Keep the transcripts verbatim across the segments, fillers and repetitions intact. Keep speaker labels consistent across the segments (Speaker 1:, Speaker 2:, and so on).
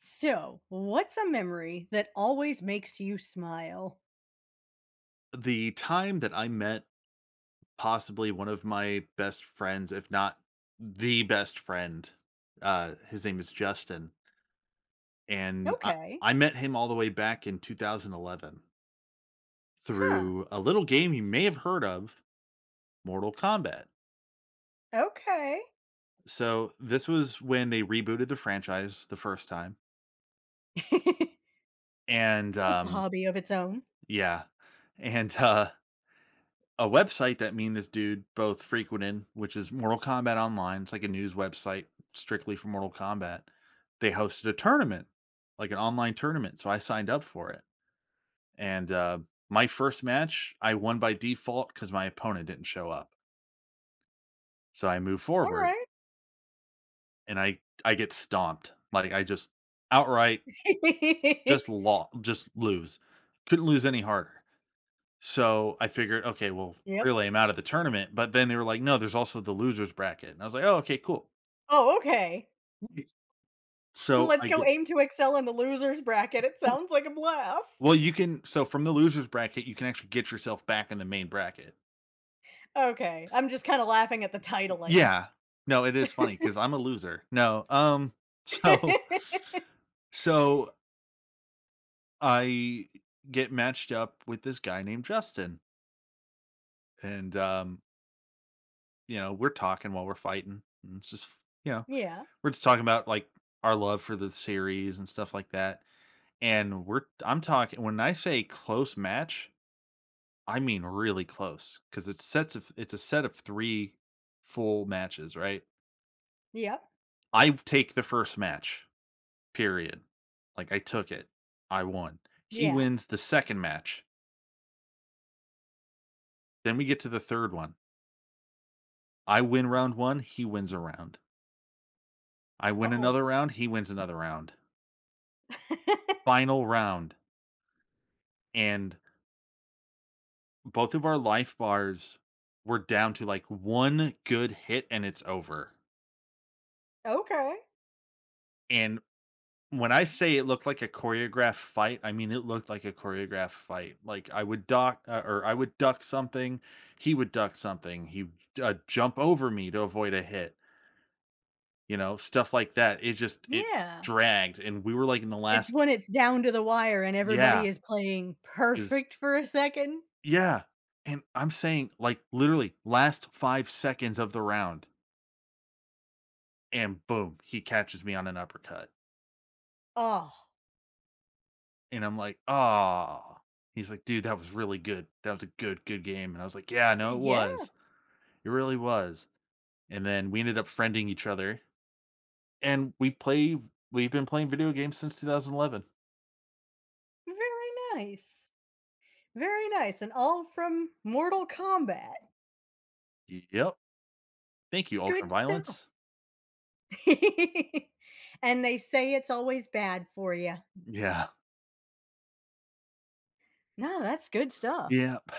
Speaker 1: So, what's a memory that always makes you smile?
Speaker 2: The time that I met possibly one of my best friends, if not the best friend, uh, his name is Justin, and I,
Speaker 1: Okay.
Speaker 2: I met him all the way back in two thousand eleven
Speaker 1: Huh.
Speaker 2: through a little game you may have heard of, Mortal Kombat.
Speaker 1: Okay.
Speaker 2: So this was when they rebooted the franchise the first time, and
Speaker 1: It's a
Speaker 2: um,
Speaker 1: hobby of its own.
Speaker 2: yeah, and uh, a website that me and this dude both frequented, which is Mortal Kombat Online. It's like a news website strictly for Mortal Kombat. They hosted a tournament, like an online tournament. So I signed up for it. And uh, my first match, I won by default because my opponent didn't show up. So I move
Speaker 1: All
Speaker 2: forward
Speaker 1: right.
Speaker 2: and I, I get stomped. Like I just outright just lost, just lose. Couldn't lose any harder. So, I figured, okay, well,
Speaker 1: Yep.
Speaker 2: clearly I'm out of the tournament, but then they were like, "No, there's also the losers bracket." And I was like, "Oh, okay, cool."
Speaker 1: Oh, okay.
Speaker 2: So,
Speaker 1: Let's
Speaker 2: I
Speaker 1: go
Speaker 2: get
Speaker 1: aim to excel in the losers bracket. It sounds like a blast.
Speaker 2: Well, you can, so from the losers bracket, you can actually get yourself back in the main bracket.
Speaker 1: Okay. I'm just kind of laughing at the titling.
Speaker 2: Yeah. No, it is funny because funny 'cause I'm a loser. No, um, so so I get matched up with this guy named Justin, and, um, you know, we're talking while we're fighting, and it's just, you know,
Speaker 1: Yeah.
Speaker 2: we're just talking about, like, our love for the series and stuff like that. And we're I'm talking, when I say close match, I mean really close because it's sets of it's a set of three full matches, right?
Speaker 1: Yep.
Speaker 2: I take the first match, period. Like, I took it. I won. He
Speaker 1: Yeah.
Speaker 2: wins the second match. Then we get to the third one. I win round one, he wins a round. I
Speaker 1: Uh
Speaker 2: win
Speaker 1: oh.
Speaker 2: another round, he wins another round. Final round, and both of our life bars were down to, like, one good hit and it's over.
Speaker 1: Okay.
Speaker 2: And When I say it looked like a choreographed fight, I mean, it looked like a choreographed fight. Like I would duck uh, or I would duck something, he would duck something, he would, uh, jump over me to avoid a hit, you know, stuff like that. It just it
Speaker 1: Yeah.
Speaker 2: dragged and we were like in the
Speaker 1: It's
Speaker 2: last
Speaker 1: when it's down to the wire and everybody
Speaker 2: yeah,
Speaker 1: is playing
Speaker 2: is
Speaker 1: perfect for a second.
Speaker 2: yeah. And I'm saying like literally last five seconds of the round and boom, he catches me on an uppercut.
Speaker 1: Oh,
Speaker 2: And I'm like, ah. He's like, "Dude, that was really good. That was a good, good game." And I was like, "Yeah, no, it
Speaker 1: yeah,
Speaker 2: was. It really was." And then we ended up friending each other, and we play we've been playing video games since two thousand eleven.
Speaker 1: very nice. Very nice, and all from Mortal Kombat.
Speaker 2: Yep. Thank you, Ultra
Speaker 1: Good
Speaker 2: Violence.
Speaker 1: stuff. And they say it's always bad for you.
Speaker 2: Yeah.
Speaker 1: No, that's good stuff.
Speaker 2: Yep.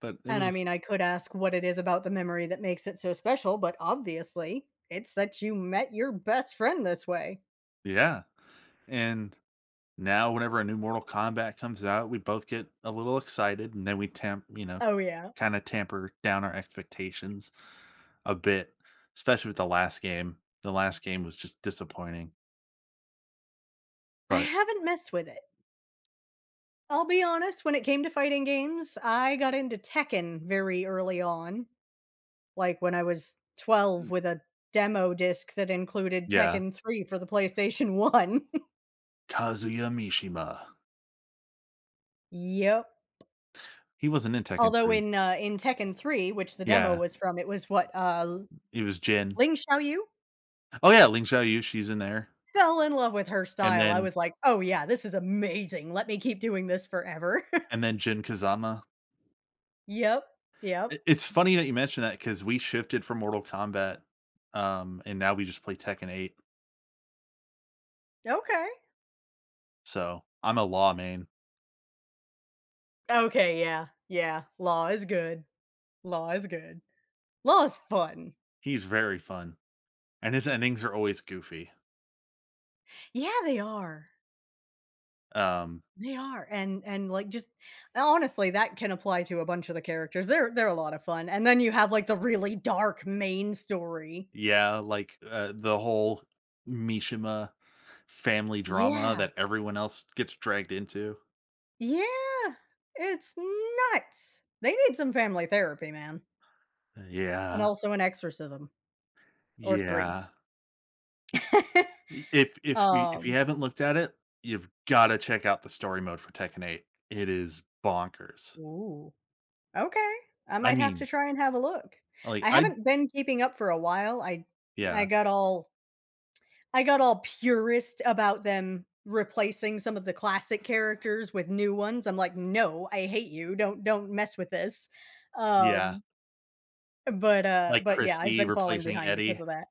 Speaker 2: But it
Speaker 1: And I
Speaker 2: was
Speaker 1: mean, I could ask what it is about the memory that makes it so special, but obviously, it's that you met your best friend this way.
Speaker 2: yeah. And now whenever a new Mortal Kombat comes out, we both get a little excited, and then we tamp you know,
Speaker 1: Oh, yeah.
Speaker 2: kinda tamper down our expectations a bit, especially with the last game. The last game was just disappointing,
Speaker 1: I
Speaker 2: but
Speaker 1: haven't messed with it. I'll be honest, when it came to fighting games, I got into Tekken very early on. Like, when I was twelve with a demo disc that included
Speaker 2: yeah.
Speaker 1: Tekken three for the PlayStation one.
Speaker 2: Kazuya Mishima.
Speaker 1: Yep.
Speaker 2: He wasn't in Tekken
Speaker 1: Although
Speaker 2: three.
Speaker 1: in, uh, in Tekken three, which the demo
Speaker 2: Yeah,
Speaker 1: was from, it was what, uh,
Speaker 2: he was Jin.
Speaker 1: Ling Xiaoyu?
Speaker 2: Oh, yeah, Lin Xiaoyu, she's in there,
Speaker 1: Fell in love with her
Speaker 2: and
Speaker 1: style. I
Speaker 2: then
Speaker 1: was like, "Oh, yeah, this is amazing. Let me keep doing this forever."
Speaker 2: and then Jin Kazama.
Speaker 1: Yep, yep.
Speaker 2: I it's funny that you mentioned that because we shifted from Mortal Kombat, um, and now we just play Tekken eight,
Speaker 1: Okay.
Speaker 2: so I'm a Law main.
Speaker 1: Okay, yeah, yeah. Law is good. Law is good. Law is fun.
Speaker 2: He's very fun, and his endings are always goofy,
Speaker 1: Yeah, they are.
Speaker 2: um,
Speaker 1: They are, and and, like, just honestly, that can apply to a bunch of the characters. They're they're a lot of fun, and then you have, like, the really dark main story.
Speaker 2: yeah, like, uh, the whole Mishima family drama
Speaker 1: Yeah.
Speaker 2: that everyone else gets dragged into.
Speaker 1: Yeah. It's nuts. They need some family therapy, man, and
Speaker 2: Yeah,
Speaker 1: also an exorcism or three.
Speaker 2: yeah. I if if you if you
Speaker 1: Um
Speaker 2: haven't looked at it, you've gotta check out the story mode for Tekken eight. It is bonkers.
Speaker 1: Ooh, okay. I
Speaker 2: I
Speaker 1: might have to
Speaker 2: mean,
Speaker 1: try and have a look.
Speaker 2: like,
Speaker 1: I
Speaker 2: I
Speaker 1: haven't been keeping up for a while. I I
Speaker 2: yeah,
Speaker 1: got all I got all purist about them replacing some of the classic characters with new ones. I'm like, "No, I hate you. Don't don't mess with this."
Speaker 2: yeah,
Speaker 1: Um, but, uh
Speaker 2: like
Speaker 1: but yeah, I've
Speaker 2: Christie
Speaker 1: been falling
Speaker 2: replacing
Speaker 1: behind because
Speaker 2: Eddie.
Speaker 1: of that.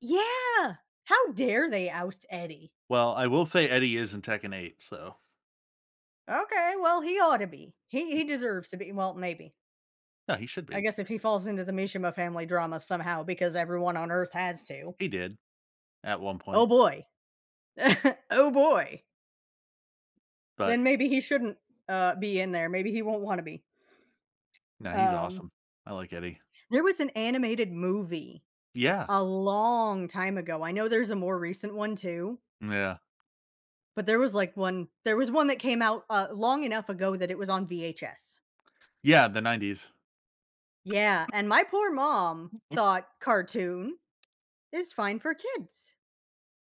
Speaker 1: Yeah! How dare they oust Eddie?
Speaker 2: Well, I will say Eddie is in Tekken eight, so
Speaker 1: Okay, well, he ought to be. He
Speaker 2: he
Speaker 1: he deserves to be well, maybe.
Speaker 2: no, he should
Speaker 1: I
Speaker 2: be.
Speaker 1: guess if he falls into the Mishima family drama somehow because everyone on Earth has to.
Speaker 2: He did at one
Speaker 1: Oh
Speaker 2: point,
Speaker 1: boy. Oh boy.
Speaker 2: but,
Speaker 1: Then maybe he shouldn't, uh, be in there. Maybe he won't wanna be.
Speaker 2: no, he's
Speaker 1: Um
Speaker 2: awesome. I like Eddie.
Speaker 1: There was an animated movie
Speaker 2: Yeah,
Speaker 1: a long time ago. I know there's a more recent one too,
Speaker 2: yeah.
Speaker 1: but there was like one there was one that came out uh, long enough ago that it was on V H S.
Speaker 2: Yeah, the nineties.
Speaker 1: Yeah, and my poor mom thought cartoon is fine for kids.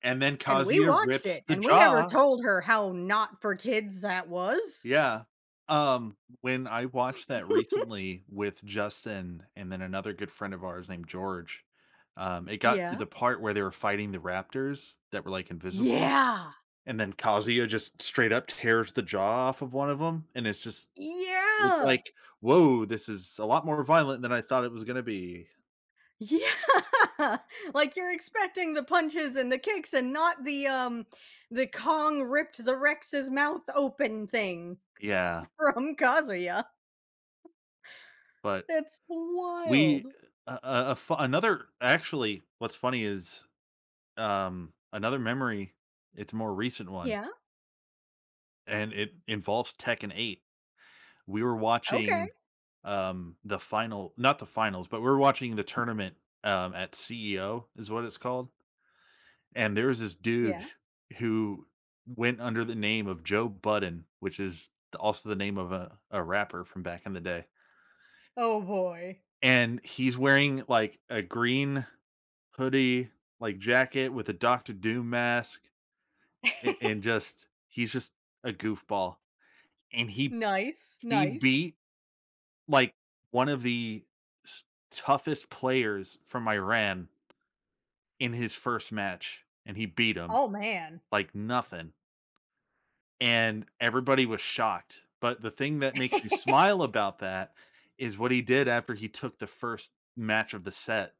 Speaker 2: And then
Speaker 1: And we
Speaker 2: Kazuya
Speaker 1: watched
Speaker 2: rips
Speaker 1: it
Speaker 2: the
Speaker 1: and we never
Speaker 2: jaw.
Speaker 1: told her how not for kids that was.
Speaker 2: Yeah. Um, when I watched that recently with Justin and then another good friend of ours named George, um, it got to
Speaker 1: Yeah.
Speaker 2: the part where they were fighting the raptors that were, like, invisible,
Speaker 1: Yeah.
Speaker 2: and then Kazuya just straight up tears the jaw off of one of them, and it's just it's
Speaker 1: Yeah.
Speaker 2: like, "Whoa, this is a lot more violent than I thought it was gonna be."
Speaker 1: Yeah. Like, you're expecting the punches and the kicks and not the, um the Kong ripped the Rex's mouth open thing
Speaker 2: Yeah,
Speaker 1: from Kazuya.
Speaker 2: but
Speaker 1: It's
Speaker 2: we
Speaker 1: wild.
Speaker 2: a a a fu another actually, what's funny is Um, another memory, it's a more recent one,
Speaker 1: Yeah,
Speaker 2: and it involves Tekken eight. We were
Speaker 1: okay.
Speaker 2: watching, um, the final not the finals, but we were watching the tournament, um, at C E O is what it's called, and there was this dude
Speaker 1: Yeah.
Speaker 2: who went under the name of Joe Budden, which is the also the name of a a rapper from back in the day,
Speaker 1: Oh boy.
Speaker 2: and he's wearing, like, a green hoodie, like, jacket with a Doctor Doom mask, a and just he's just a goofball. And he
Speaker 1: Nice,
Speaker 2: he
Speaker 1: nice.
Speaker 2: beat, like, one of the s toughest players from Iran in his first match, and he beat him
Speaker 1: Oh, man.
Speaker 2: like nothing, and everybody was shocked, but the thing that makes me smile about that is what he did after he took the first match of the set.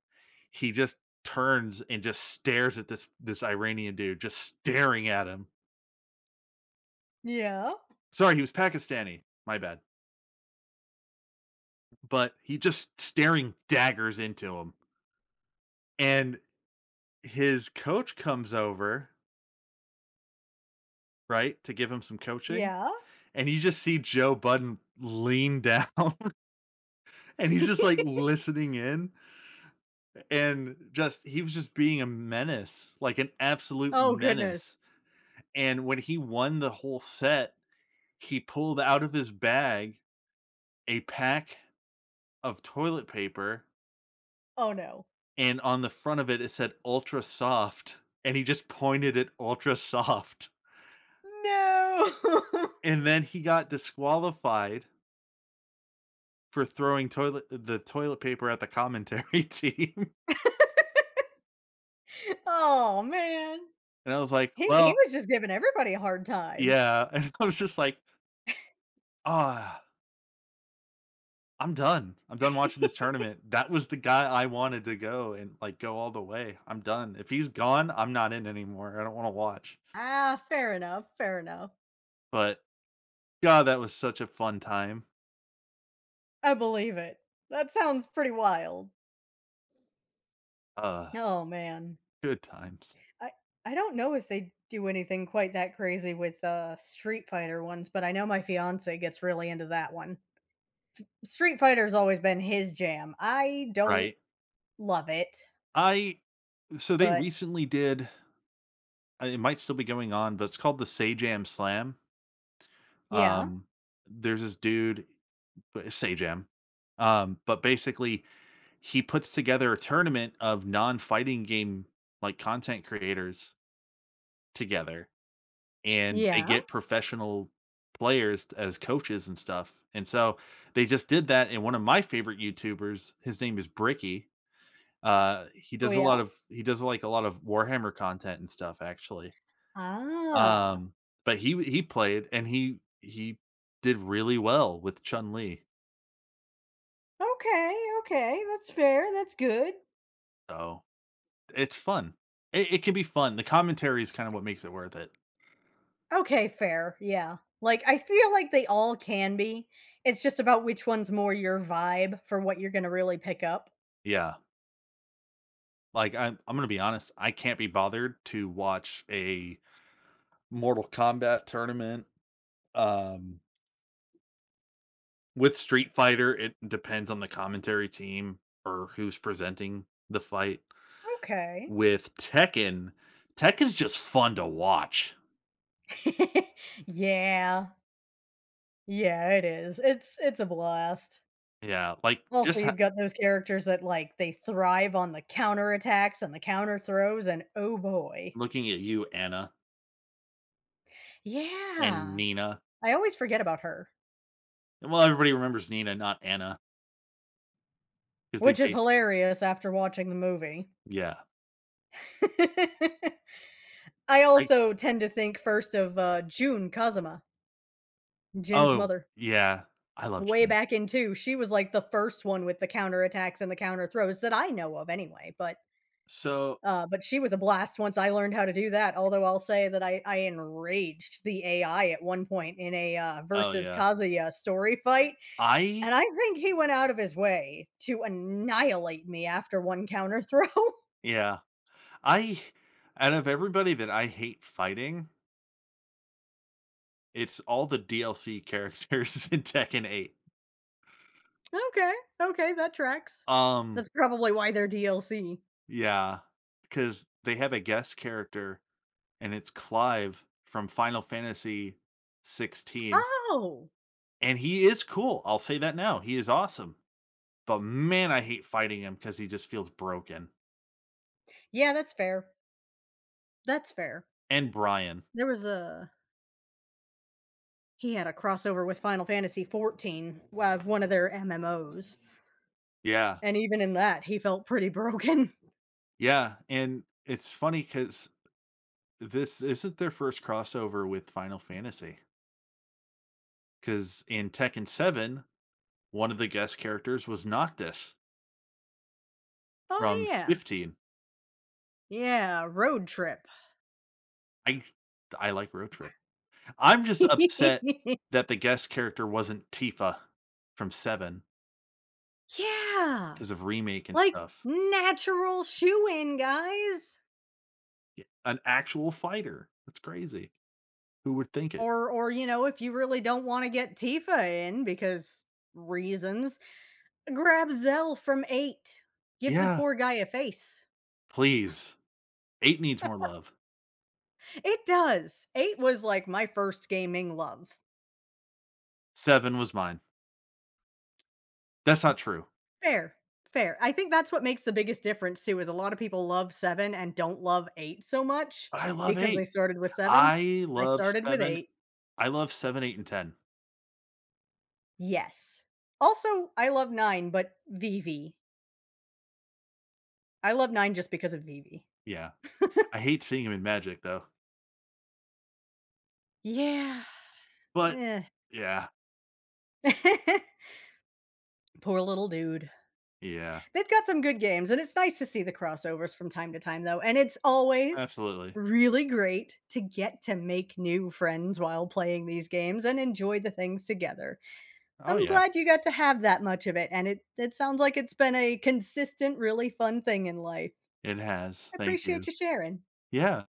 Speaker 2: He just turns and just stares at this this Iranian dude, just staring at him.
Speaker 1: Yeah,
Speaker 2: Sorry, he was Pakistani, my bad, but he just staring daggers into him, and his coach comes over, right, to give him some coaching,
Speaker 1: yeah.
Speaker 2: and you just see Joe Budden lean down and he's just like listening in and just he was just being a menace, like an absolute
Speaker 1: Oh, goodness.
Speaker 2: menace. And when he won the whole set, he pulled out of his bag a pack of toilet paper
Speaker 1: Oh, no.
Speaker 2: and on the front of it it said ultra soft and he just pointed at ultra soft.
Speaker 1: No.
Speaker 2: And then he got disqualified for throwing toilet the toilet paper at the commentary team,
Speaker 1: Oh, man.
Speaker 2: and I was like,
Speaker 1: He he
Speaker 2: "Well,
Speaker 1: was just giving everybody a hard time.
Speaker 2: yeah," and I was just like, "Ah, I'm done. I'm done watching this tournament. That was the guy I wanted to go and, like, go all the way. I'm done. If he's gone, I'm not in anymore. I don't wanna watch."
Speaker 1: Ah, fair enough, fair enough.
Speaker 2: But, god, that was such a fun time.
Speaker 1: I believe it. That sounds pretty wild.
Speaker 2: Uh,
Speaker 1: Oh man.
Speaker 2: good times.
Speaker 1: I I don't know if they do anything quite that crazy with uh Street Fighter ones, but I know my fiance gets really into that one. Street Fighter's always been his jam. I don't
Speaker 2: Right.
Speaker 1: love it,
Speaker 2: I so they
Speaker 1: but
Speaker 2: recently did uh, it might still be going on, but it's called the Sajam Slam.
Speaker 1: yeah.
Speaker 2: Um, there's this dude Sejam. Um, but basically, he puts together a tournament of non-fighting game like content creators together, and they
Speaker 1: Yeah.
Speaker 2: get professional players as coaches and stuff. And so they just did that. And one of my favorite YouTubers, his name is Bricky. Uh, he
Speaker 1: Oh
Speaker 2: does a
Speaker 1: yeah.
Speaker 2: lot of he does like a lot of Warhammer content and stuff actually.
Speaker 1: Ah.
Speaker 2: Um, but he he played and he he did really well with Chun Li.
Speaker 1: Okay, okay. That's fair. That's good.
Speaker 2: So it's fun. It it can be fun. The commentary is kind of what makes it worth it.
Speaker 1: Okay, fair, yeah. Like, I feel like they all can be. It's just about which one's more your vibe for what you're gonna really pick up.
Speaker 2: Yeah. Like, I'm I'm gonna be honest, I can't be bothered to watch a Mortal Kombat tournament. Um, with Street Fighter, it depends on the commentary team or who's presenting the fight.
Speaker 1: Okay.
Speaker 2: With Tekken, Tekken's just fun to watch.
Speaker 1: Yeah. Yeah, it is. It's it's a blast.
Speaker 2: Yeah, like,
Speaker 1: Also,
Speaker 2: just ha
Speaker 1: you've got those characters that, like, they thrive on the counterattacks and the counter throws, and oh boy.
Speaker 2: looking at you, Anna, and
Speaker 1: Yeah.
Speaker 2: Nina.
Speaker 1: I always forget about her,
Speaker 2: Well, everybody remembers Nina, not Anna, because they
Speaker 1: which is
Speaker 2: base
Speaker 1: hilarious after watching the movie.
Speaker 2: Yeah.
Speaker 1: I also tend to think first of, uh, Jun Kazama. Jin's
Speaker 2: Oh,
Speaker 1: mother.
Speaker 2: yeah. I love
Speaker 1: Way
Speaker 2: Jim.
Speaker 1: back in two, she was, like, the first one with the counterattacks and the counter throws that I know of anyway, but,
Speaker 2: So
Speaker 1: uh, but she was a blast once I learned how to do that, although I'll say that I I enraged the A I at one point in a, uh,
Speaker 2: oh,
Speaker 1: versus
Speaker 2: yeah.
Speaker 1: Kazuya story fight,
Speaker 2: I
Speaker 1: and I think he went out of his way to annihilate me after one counter throw.
Speaker 2: yeah. I out of everybody that I hate fighting, it's all the D L C characters in Tekken eight.
Speaker 1: Okay, okay, that tracks.
Speaker 2: Um,
Speaker 1: That's probably why they're D L C.
Speaker 2: yeah, because they have a guest character, and it's Clive from Final Fantasy sixteen,
Speaker 1: Oh!
Speaker 2: and he is cool, I'll say that now, he is awesome, but man, I hate fighting him because he just feels broken.
Speaker 1: Yeah, that's fair. That's fair.
Speaker 2: And Brian.
Speaker 1: There was a He had a crossover with Final Fantasy fourteen, uh, one of their M M Os,
Speaker 2: Yeah.
Speaker 1: and even in that, he felt pretty broken.
Speaker 2: Yeah, and it's funny because this isn't their first crossover with Final Fantasy. Because in Tekken seven, one of the guest characters was Noctis from
Speaker 1: Oh, yeah.
Speaker 2: fifteen.
Speaker 1: Yeah, road trip.
Speaker 2: I I like Road Trip. I'm just upset that the guest character wasn't Tifa from Seven
Speaker 1: Yeah,
Speaker 2: because of remake and
Speaker 1: like,
Speaker 2: stuff.
Speaker 1: natural shoe-in, guys.
Speaker 2: Y an actual fighter, that's crazy. Who would think it?
Speaker 1: Or or, you know, if you really don't wanna get Tifa in because reasons, grab Zell from eight. Give the
Speaker 2: Yeah,
Speaker 1: poor guy a face.
Speaker 2: please. eight needs more love.
Speaker 1: It does. eight was, like, my first gaming love.
Speaker 2: seven was mine. That's not true,
Speaker 1: Fair, fair. I think that's what makes the biggest difference too, is a lot of people love seven and don't love eight so much
Speaker 2: but I love
Speaker 1: because they
Speaker 2: eight.
Speaker 1: started with seven.
Speaker 2: I
Speaker 1: I
Speaker 2: love
Speaker 1: started with
Speaker 2: 7
Speaker 1: eight.
Speaker 2: I love seven, eight, and ten.
Speaker 1: Yes. Also, I love nine, but Vivi. I love nine just because of Vivi.
Speaker 2: Yeah. I hate seeing him in Magic, though.
Speaker 1: Yeah.
Speaker 2: But
Speaker 1: Eh.
Speaker 2: yeah,
Speaker 1: Poor little dude.
Speaker 2: yeah,
Speaker 1: They've got some good games, and it's nice to see the crossovers from time to time, though, and it's always
Speaker 2: absolutely.
Speaker 1: really great to get to make new friends while playing these games and enjoy the things together.
Speaker 2: Oh,
Speaker 1: I'm
Speaker 2: yeah.
Speaker 1: glad you got to have that much of it, and it it sounds like it's been a consistent, really fun thing in life.
Speaker 2: It has.
Speaker 1: I
Speaker 2: Thank
Speaker 1: appreciate
Speaker 2: you.
Speaker 1: you sharing.
Speaker 2: Yeah.